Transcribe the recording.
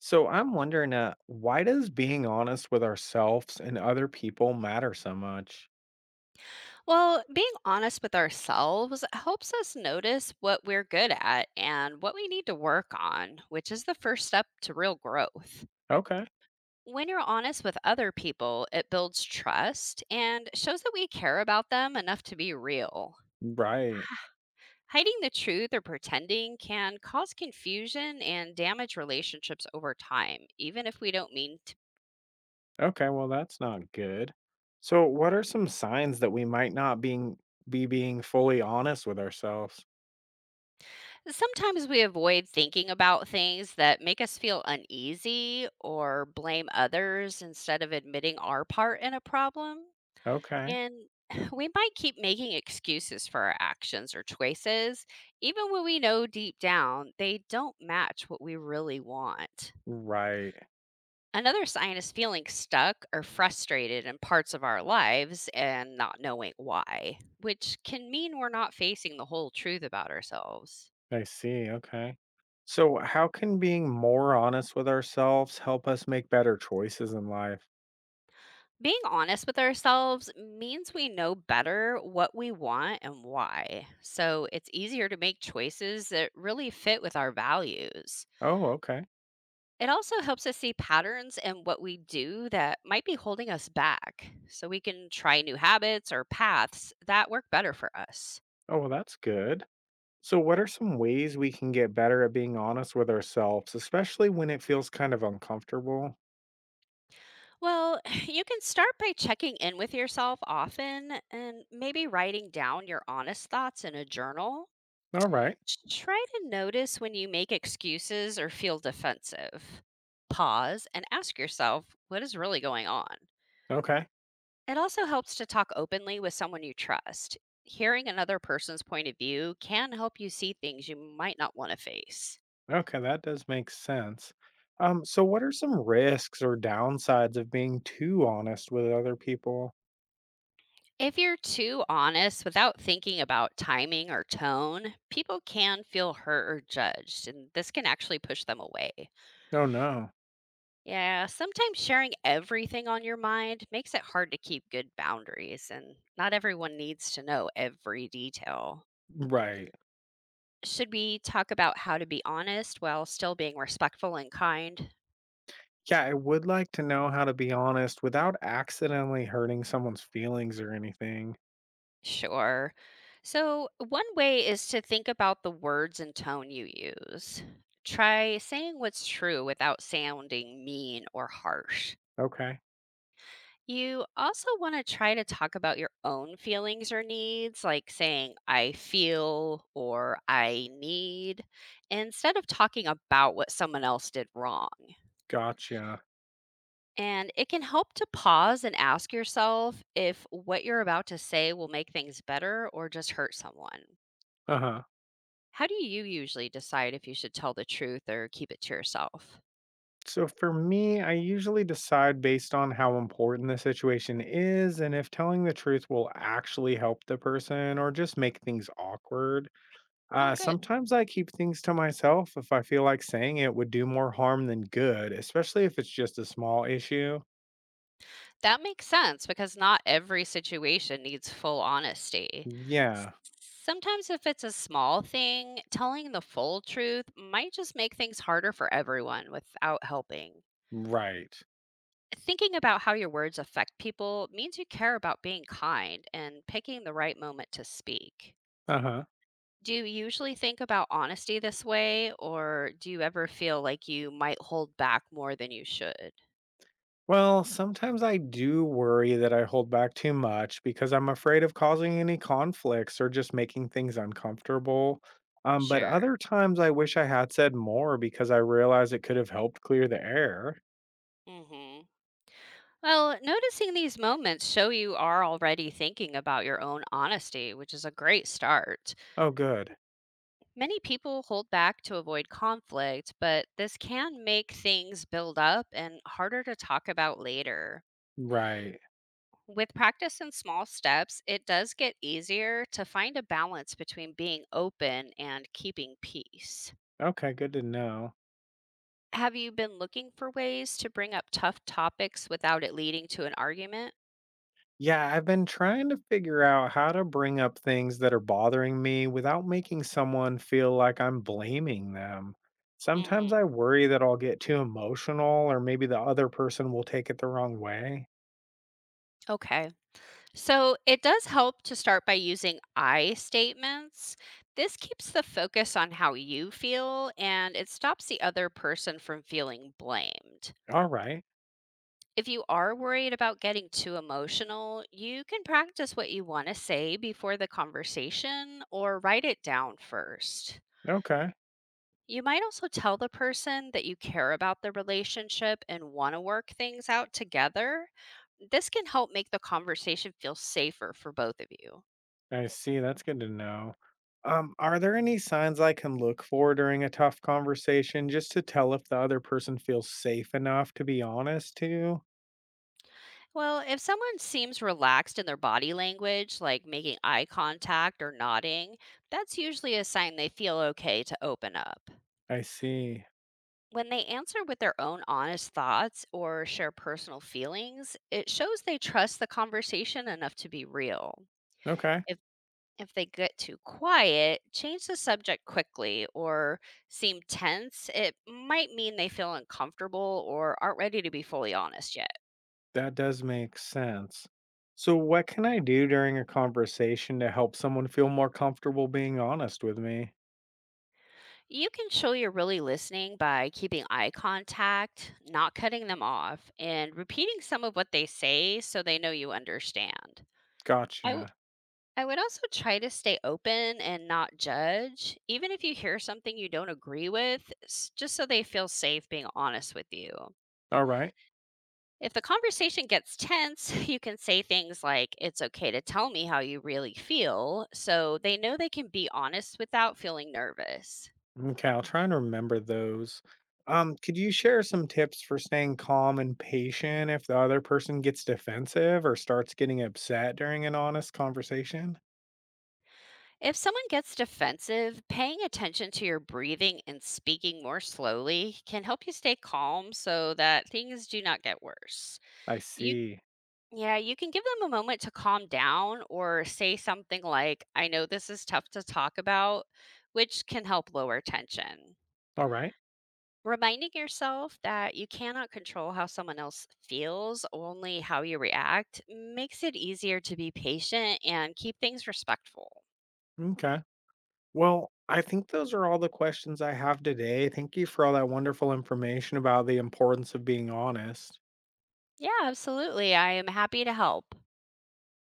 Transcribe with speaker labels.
Speaker 1: So I'm wondering, why does being honest with ourselves and other people matter so much?
Speaker 2: Well, being honest with ourselves helps us notice what we're good at and what we need to work on, which is the first step to real growth.
Speaker 1: Okay,
Speaker 2: When you're honest with other people, it builds trust and shows that we care about them enough to be real.
Speaker 1: right.
Speaker 2: Hiding the truth or pretending can cause confusion and damage relationships over time, even if we don't mean to.
Speaker 1: Okay, well that's not good. So what are some signs that we might not being be being fully honest with ourselves?
Speaker 2: Sometimes we avoid thinking about things that make us feel uneasy or blame others instead of admitting our part in a problem.
Speaker 1: Okay,
Speaker 2: And we might keep making excuses for our actions or choices, even when we know deep down they don't match what we really want.
Speaker 1: right.
Speaker 2: Another sign is feeling stuck or frustrated in parts of our lives and not knowing why, which can mean we're not facing the whole truth about ourselves.
Speaker 1: I see. Okay. So how can being more honest with ourselves help us make better choices in life?
Speaker 2: Being honest with ourselves means we know better what we want and why, so it's easier to make choices that really fit with our values.
Speaker 1: Oh, okay.
Speaker 2: It also helps us see patterns in what we do that might be holding us back, so we can try new habits or paths that work better for us.
Speaker 1: Oh, well that's good. So, what are some ways we can get better at being honest with ourselves, especially when it feels kind of uncomfortable?
Speaker 2: Well, you can start by checking in with yourself often and maybe writing down your honest thoughts in a journal.
Speaker 1: All right.
Speaker 2: Try to notice when you make excuses or feel defensive. Pause and ask yourself what is really going on.
Speaker 1: Okay.
Speaker 2: It also helps to talk openly with someone you trust. Hearing another person's point of view can help you see things you might not want to face.
Speaker 1: Okay. That does make sense. So, what are some risks or downsides of being too honest with other people?
Speaker 2: If you're too honest without thinking about timing or tone, people can feel hurt or judged, and this can actually push them away.
Speaker 1: Oh, no.
Speaker 2: Yeah, sometimes sharing everything on your mind makes it hard to keep good boundaries, and not everyone needs to know every detail.
Speaker 1: Right.
Speaker 2: Should we talk about how to be honest while still being respectful and kind?
Speaker 1: Yeah, I would like to know how to be honest without accidentally hurting someone's feelings or anything.
Speaker 2: Sure. So, one way is to think about the words and tone you use. Try saying what's true without sounding mean or harsh.
Speaker 1: Okay.
Speaker 2: You also want to try to talk about your own feelings or needs, like saying, "I feel" or "I need," instead of talking about what someone else did wrong.
Speaker 1: Gotcha.
Speaker 2: And it can help to pause and ask yourself if what you're about to say will make things better or just hurt someone.
Speaker 1: Uh huh.
Speaker 2: How do you usually decide if you should tell the truth or keep it to yourself?
Speaker 1: So for me, I usually decide based on how important the situation is and if telling the truth will actually help the person or just make things awkward.
Speaker 2: Not good.
Speaker 1: Sometimes I keep things to myself if I feel like saying it would do more harm than good, especially if it's just a small issue.
Speaker 2: That makes sense, because not every situation needs full honesty. S-
Speaker 1: Yeah,
Speaker 2: Sometimes, if it's a small thing, telling the full truth might just make things harder for everyone without helping.
Speaker 1: right.
Speaker 2: Thinking about how your words affect people means you care about being kind and picking the right moment to speak.
Speaker 1: Uh huh.
Speaker 2: Do you usually think about honesty this way, or do you ever feel like you might hold back more than you should?
Speaker 1: Well, sometimes I do worry that I hold back too much because I'm afraid of causing any conflicts or just making things uncomfortable. But
Speaker 2: Sure.
Speaker 1: other times I wish I had said more because I realize it could have helped clear the air.
Speaker 2: Mhm. Well, noticing these moments show you are already thinking about your own honesty, which is a great start.
Speaker 1: Oh, good.
Speaker 2: Many people hold back to avoid conflict, but this can make things build up and harder to talk about later.
Speaker 1: Right.
Speaker 2: With practice and small steps, it does get easier to find a balance between being open and keeping peace.
Speaker 1: Okay, good to know.
Speaker 2: Have you been looking for ways to bring up tough topics without it leading to an argument?
Speaker 1: Yeah, I've been trying to figure out how to bring up things that are bothering me without making someone feel like I'm blaming them.
Speaker 2: Mhm.
Speaker 1: Sometimes I worry that I'll get too emotional or maybe the other person will take it the wrong way.
Speaker 2: Okay. So it does help to start by using I statements. This keeps the focus on how you feel, and it stops the other person from feeling blamed.
Speaker 1: All right.
Speaker 2: If you are worried about getting too emotional, you can practice what you want to say before the conversation, or write it down first.
Speaker 1: Okay.
Speaker 2: You might also tell the person that you care about the relationship and want to work things out together. This can help make the conversation feel safer for both of you.
Speaker 1: I see. That's good to know. Are there any signs I can look for during a tough conversation just to tell if the other person feels safe enough to be honest to you?
Speaker 2: Well, if someone seems relaxed in their body language, like making eye contact or nodding, that's usually a sign they feel okay to open up.
Speaker 1: I see.
Speaker 2: When they answer with their own honest thoughts or share personal feelings, it shows they trust the conversation enough to be real.
Speaker 1: Okay.
Speaker 2: If if they get too quiet, change the subject quickly, or seem tense, it might mean they feel uncomfortable or aren't ready to be fully honest yet.
Speaker 1: That does make sense. So, what can I do during a conversation to help someone feel more comfortable being honest with me?
Speaker 2: You can show you're really listening by keeping eye contact, not cutting them off, and repeating some of what they say so they know you understand. I, w-
Speaker 1: Gotcha.
Speaker 2: I would also try to stay open and not judge, even if you hear something you don't agree with, just so they feel safe being honest with you.
Speaker 1: All right.
Speaker 2: If the conversation gets tense, you can say things like, "It's okay to tell me how you really feel," so they know they can be honest without feeling nervous.
Speaker 1: Okay, I'll try and remember those. Could you share some tips for staying calm and patient if the other person gets defensive or starts getting upset during an honest conversation?
Speaker 2: If someone gets defensive, paying attention to your breathing and speaking more slowly can help you stay calm so that things do not get worse.
Speaker 1: I
Speaker 2: You
Speaker 1: see.
Speaker 2: yeah, you can give them a moment to calm down, or say something like, "I know this is tough to talk about," which can help lower tension.
Speaker 1: All right.
Speaker 2: Reminding yourself that you cannot control how someone else feels, only how you react, makes it easier to be patient and keep things respectful.
Speaker 1: Okay. Well, I think those are all the questions I have today. Thank you for all that wonderful information about the importance of being honest.
Speaker 2: Yeah, absolutely. I am happy to help.